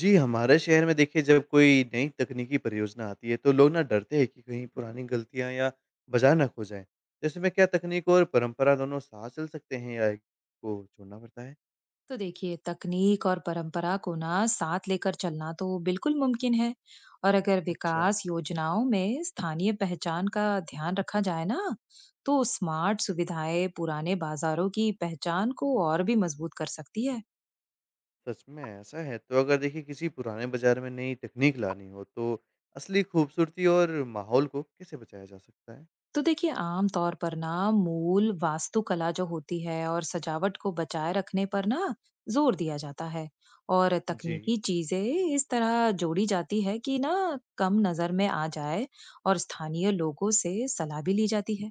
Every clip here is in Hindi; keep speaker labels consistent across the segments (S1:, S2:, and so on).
S1: जी, हमारे शहर में देखिए जब कोई नई तकनीकी परियोजना आती है तो लोग ना डरते हैं कि कहीं पुरानी गलतियाँ या बाज़ार ना खो जाएँ। तो ऐसे में क्या तकनीक और परंपरा दोनों साथ चल सकते हैं या एक को छोड़ना पड़ता है?
S2: तो देखिए तकनीक और परंपरा को ना साथ लेकर चलना तो बिल्कुल मुमकिन है। और अगर
S1: अच्छा,
S2: विकास योजनाओं में स्थानीय पहचान का ध्यान रखा जाए ना, तो स्मार्ट सुविधाएं पुराने बाजारों की पहचान को और भी मजबूत कर सकती है।
S1: सच में ऐसा है। तो अगर देखिए किसी पुराने बाज़ार में नई तकनीक लानी हो तो असली खूबसूरती और माहौल को कैसे बचाया जा सकता है?
S2: तो देखिए आम तौर पर ना मूल वास्तुकला जो होती है और सजावट को बचाए रखने पर ना जोर दिया जाता है। और
S1: जी,
S2: तकनीकी चीजें इस तरह जोड़ी जाती है कि ना कम नजर में आ जाए, और स्थानीय लोगों से सलाह भी ली जाती है।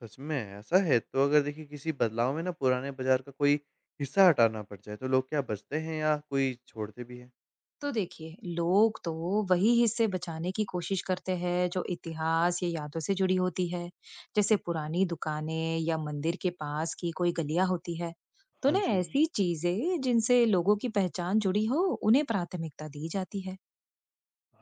S1: सच में ऐसा है। तो अगर देखिए किसी बदलाव में ना पुराने बाज़ार का कोई हिस्सा हटाना पड़ जाए तो लोग क्या बचते हैं या कोई छोड़ते भी हैं?
S2: तो देखिए लोग तो वही हिस्से बचाने की कोशिश करते हैं जो इतिहास या यादों से जुड़ी होती है। जैसे पुरानी दुकानें या मंदिर के पास की कोई गलियां होती है, तो
S1: हाँ
S2: ना
S1: जी।
S2: ऐसी चीजें जिनसे लोगों की पहचान जुड़ी हो, उन्हें प्राथमिकता दी जाती है।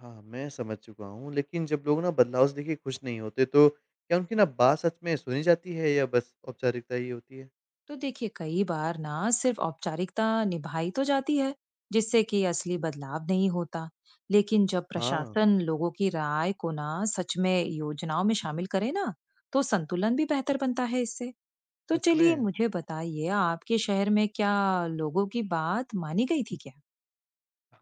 S1: हाँ, मैं समझ चुका हूँ, लेकिन जब लोग ना बदलाव से देखिए खुश नहीं होते, तो क्या उनकी ना बात सच में सुनी जाती है या बस औपचारिकता ही होती है?
S2: तो देखिए कई बार ना सिर्फ औपचारिकता निभाई तो जाती है, जिससे कि असली बदलाव नहीं होता। लेकिन जब
S1: हाँ,
S2: प्रशासन लोगों की राय को ना सच में योजनाओं में शामिल करे ना, तो संतुलन भी बेहतर बनता है इससे। तो
S1: सच
S2: चलिए
S1: में।
S2: मुझे बताइए, आपके शहर में क्या लोगों की बात मानी गई थी क्या?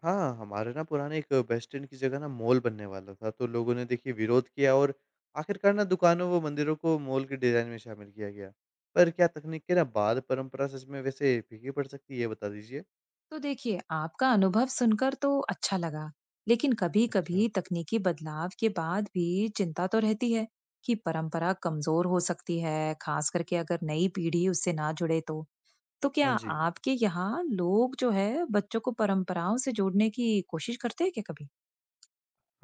S1: हाँ, हमारे ना पुराने एक बस स्टैंड की जगह ना मॉल बनने वाला था, तो लोगों ने देखिए विरोध किया और आखिरकार ना दुकानों व मंदिरों को मॉल के डिज़ाइन में शामिल किया गया। पर क्या तकनीक के ना बाद परंपरा सच में वैसे फीकी पड़ सकती है, ये बता दीजिए?
S2: तो देखिए आपका अनुभव सुनकर तो अच्छा लगा, लेकिन
S1: अच्छा।
S2: कभी-कभी तकनीकी बदलाव के बाद भी चिंता तो रहती है कि परंपरा कमजोर हो सकती है, खास करके अगर नई पीढ़ी उससे ना जुड़े तो। तो क्या
S1: हाँ जी।
S2: आपके यहाँ लोग जो है बच्चों को परंपराओं से जोड़ने की कोशिश करते हैं क्या कभी?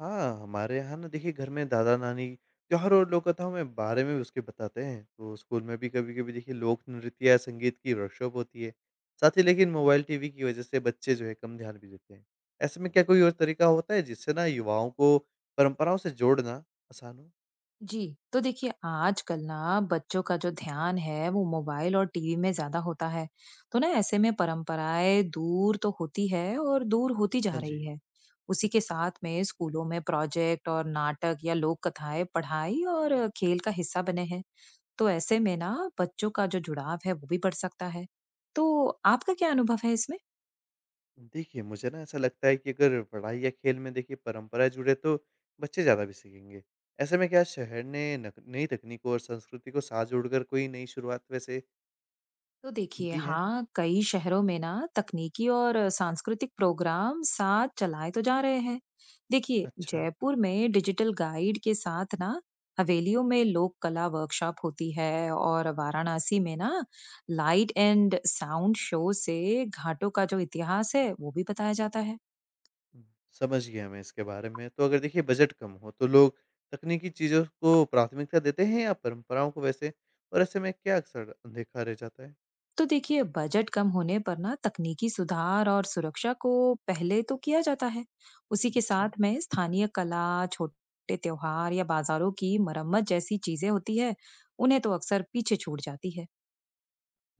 S1: हाँ, हमारे यहाँ ना देखिए घर में दादा-नानी त्योहारों और लोककथाओं में बारे में भी उसके बताते हैं। तो स्कूल में भी कभी-कभी देखिए लोक नृत्य या संगीत की वर्कशॉप होती है। साथ ही लेकिन मोबाइल टीवी की वजह से बच्चे जो है कम ध्यान भी देते हैं। ऐसे में क्या कोई और तरीका होता है जिससे ना युवाओं को परंपराओं से जोड़ना आसान हो?
S2: जी, तो देखिए आजकल ना बच्चों का जो ध्यान है वो मोबाइल और टीवी में ज़्यादा होता है। तो ना ऐसे में परंपराएं दूर तो होती है और दूर होती जा
S1: हाँ जी।
S2: रही है। उसी के साथ में स्कूलों में प्रोजेक्ट और नाटक या लोक कथाएं पढ़ाई और खेल का हिस्सा बने हैं। तो ऐसे में ना बच्चों का जो जुड़ाव है वो भी बढ़ सकता है। तो आपका क्या अनुभव है इसमें?
S1: देखिए, मुझे ना ऐसा लगता है कि अगर पढ़ाई या खेल में देखिए परंपराएँ जुड़े तो बच्चे ज़्यादा भी सीखेंगे। ऐसे में क्या शहर ने नक नई तकनीकों और संस्कृति को साथ जोड़कर कोई नई शुरुआत वैसे
S2: तो देखिए
S1: की है?
S2: हाँ, कई शहरों में ना तकनीकी और सांस्कृतिक प्रोग्राम साथ चलाए तो जा रहे हैं। देखिए
S1: अच्छा।
S2: जयपुर में डिजिटल गाइड के साथ ना हवेलियों में लोक कला वर्कशॉप होती है, और वाराणसी में ना लाइट एंड साउंड शो से घाटों का जो इतिहास है वो भी बताया जाता है।
S1: समझ गया मैं इसके बारे में। तो अगर देखिए बजट कम हो तो लोग तकनीकी चीज़ों को प्राथमिकता देते हैं या परंपराओं को वैसे? और ऐसे में क्या अक्सर देखा रह जाता है?
S2: तो देखिए बजट कम होने पर ना तकनीकी सुधार और सुरक्षा को पहले तो किया जाता है। उसी के
S1: अच्छा।
S2: साथ में स्थानीय कला, छोटे त्योहार या बाजारों की मरम्मत जैसी चीजें होती है, उन्हें तो अक्सर पीछे छूट जाती है।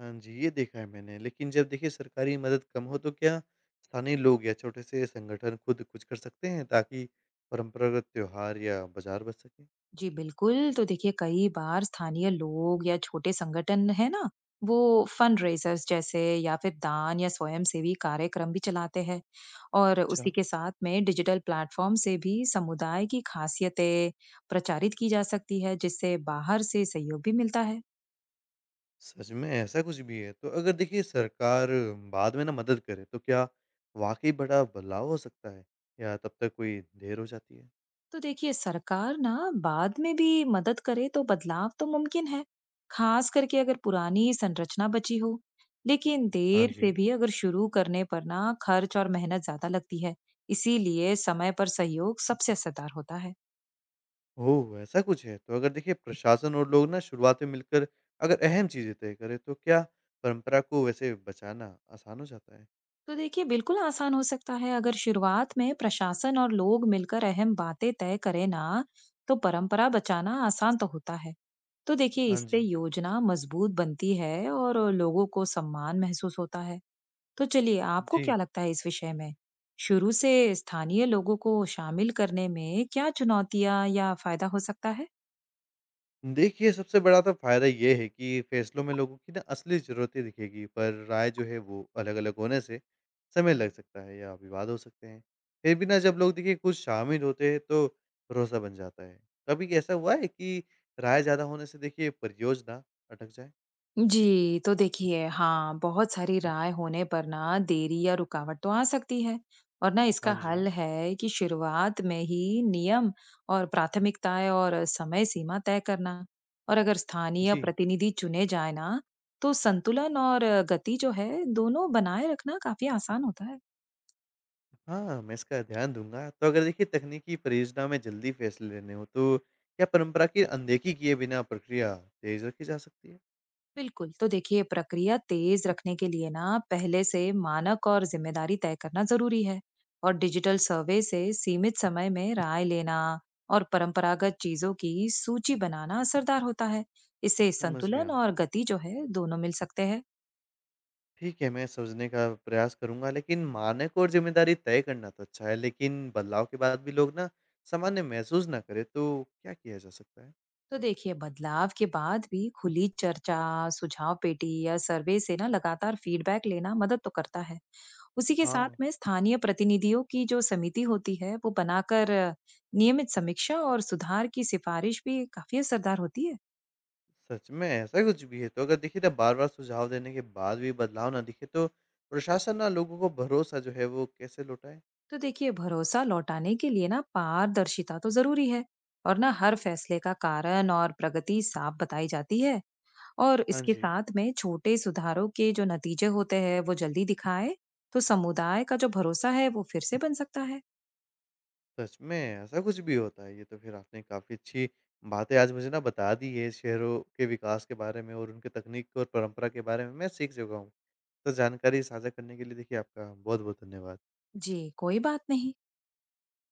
S1: हाँ जी, ये देखा है मैंने। लेकिन जब देखिए सरकारी मदद कम हो तो क्या स्थानीय लोग या छोटे से संगठन खुद कुछ कर सकते हैं ताकि परंपरागत त्योहार या बाज़ार बच सके?
S2: जी बिल्कुल। तो देखिए कई बार स्थानीय लोग या छोटे संगठन है ना, वो फंडरेजर्स जैसे या फिर दान या स्वयंसेवी कार्यक्रम भी चलाते हैं। और उसी
S1: अच्छा।
S2: के साथ में डिजिटल प्लेटफॉर्म से भी समुदाय की खासियतें प्रचारित की जा सकती है, जिससे बाहर से सहयोग भी मिलता है।
S1: सच में ऐसा कुछ भी है? तो अगर देखिए सरकार बाद में ना मदद करे तो क्या वाक़ई बड़ा बदलाव हो सकता है? या तब तक कोई देर हो जाती है?
S2: तो देखिए सरकार ना बाद में भी मदद करे तो बदलाव तो मुमकिन है, खास करके अगर पुरानी संरचना बची हो। लेकिन
S1: हाँ
S2: देर से
S1: जी।
S2: भी अगर शुरू करने पर ना खर्च और मेहनत ज्यादा लगती है। इसीलिए समय पर सहयोग सबसे असरदार होता है।
S1: ओह! ऐसा कुछ है? तो अगर देखिए प्रशासन और लोग ना शुरुआत में मिलकर अगर अहम चीज़ें तय करें तो क्या परंपरा को वैसे बचाना आसान हो जाता है?
S2: तो देखिए बिल्कुल आसान हो सकता है अगर शुरुआत में प्रशासन और लोग मिलकर अहम बातें तय करें ना, तो परंपरा बचाना आसान तो होता है। तो देखिए
S1: हाँ
S2: इससे
S1: जी।
S2: योजना मजबूत बनती है और लोगों को सम्मान महसूस होता है। तो चलिए, आपको
S1: जी।
S2: क्या लगता है इस विषय में? शुरू से स्थानीय लोगों को शामिल करने में क्या चुनौतियाँ या फ़ायदा हो सकता है?
S1: देखिए, सबसे बड़ा तो फ़ायदा ये है कि फ़ैसलों में लोगों की ना असली ज़रूरतें दिखेगी, पर राय जो है वो अलग-अलग होने से समय लग सकता है या विवाद हो सकते हैं। फिर भी ना जब लोग देखिए खुद शामिल होते हैं तो भरोसा बन जाता है। कभी ऐसा हुआ है कि राय ज़्यादा होने से देखिए परियोजना अटक जाए?
S2: जी, तो देखिए हाँ, बहुत सारी राय होने पर ना देरी या रुकावट तो आ सकती है। और ना इसका
S1: हाँ
S2: हल
S1: जी।
S2: है कि शुरुआत में ही नियम और प्राथमिकताएँ और समय सीमा तय करना। और अगर स्थानीय
S1: जी।
S2: प्रतिनिधि चुने जाए ना, तो संतुलन और गति जो है, दोनों बनाए रखना काफ़ी आसान होता है।
S1: हाँ, मैं इसका ध्यान दूँगा। तो अगर देखिए तकनीकी परियोजना में जल्दी फ़ैसले लेने हों तो क्या परंपरा की अनदेखी किए बिना प्रक्रिया तेज़ रखी जा सकती है?
S2: बिल्कुल, तो देखिए प्रक्रिया तेज रखने के लिए ना पहले से मानक और जिम्मेदारी तय करना जरूरी है। और डिजिटल सर्वे से सीमित समय में राय लेना और परंपरागत चीजों की सूची बनाना असरदार होता है। इससे
S1: समझ
S2: संतुलन
S1: गया।
S2: और गति जो है दोनों मिल सकते हैं।
S1: ठीक है, मैं समझने का प्रयास करूँगा, लेकिन मानक और ज़िम्मेदारी तय करना तो अच्छा है, लेकिन बदलाव के बाद भी लोग ना सामान्य महसूस ना करें, तो क्या किया जा सकता है?
S2: तो देखिए बदलाव के बाद भी खुली चर्चा, सुझाव पेटी या सर्वे से ना लगातार फीडबैक लेना मदद तो करता है। उसी के साथ
S1: हाँ,
S2: में स्थानीय प्रतिनिधियों की जो समिति होती है वो बनाकर नियमित समीक्षा और सुधार की सिफारिश भी काफी असरदार होती है।
S1: सच में ऐसा कुछ भी है, तो अगर देखिए ना बार-बार सुझाव देने के बाद भी बदलाव ना दिखे, तो प्रशासन ना लोगों को भरोसा जो है वो कैसे लौटाए?
S2: तो देखिए भरोसा लौटाने के लिए ना पारदर्शिता तो जरूरी है। और ना हर फैसले का कारण और प्रगति साफ बताई जाती है। और
S1: हाँ
S2: इसके
S1: जी,
S2: साथ में छोटे सुधारों के जो नतीजे होते हैं वो जल्दी दिखाए, तो समुदाय का जो भरोसा है वो फिर से बन सकता है।
S1: सच में ऐसा कुछ भी होता है, ये तो फिर आपने काफ़ी अच्छी बातें आज मुझे ना बता दी है शहरों के विकास के बारे में और उनके तकनीक और परंपरा के बारे में, मैं सीख चुका हूँ। तो जानकारी साझा करने के लिए देखिए आपका बहुत-बहुत धन्यवाद।
S2: जी, कोई बात नहीं।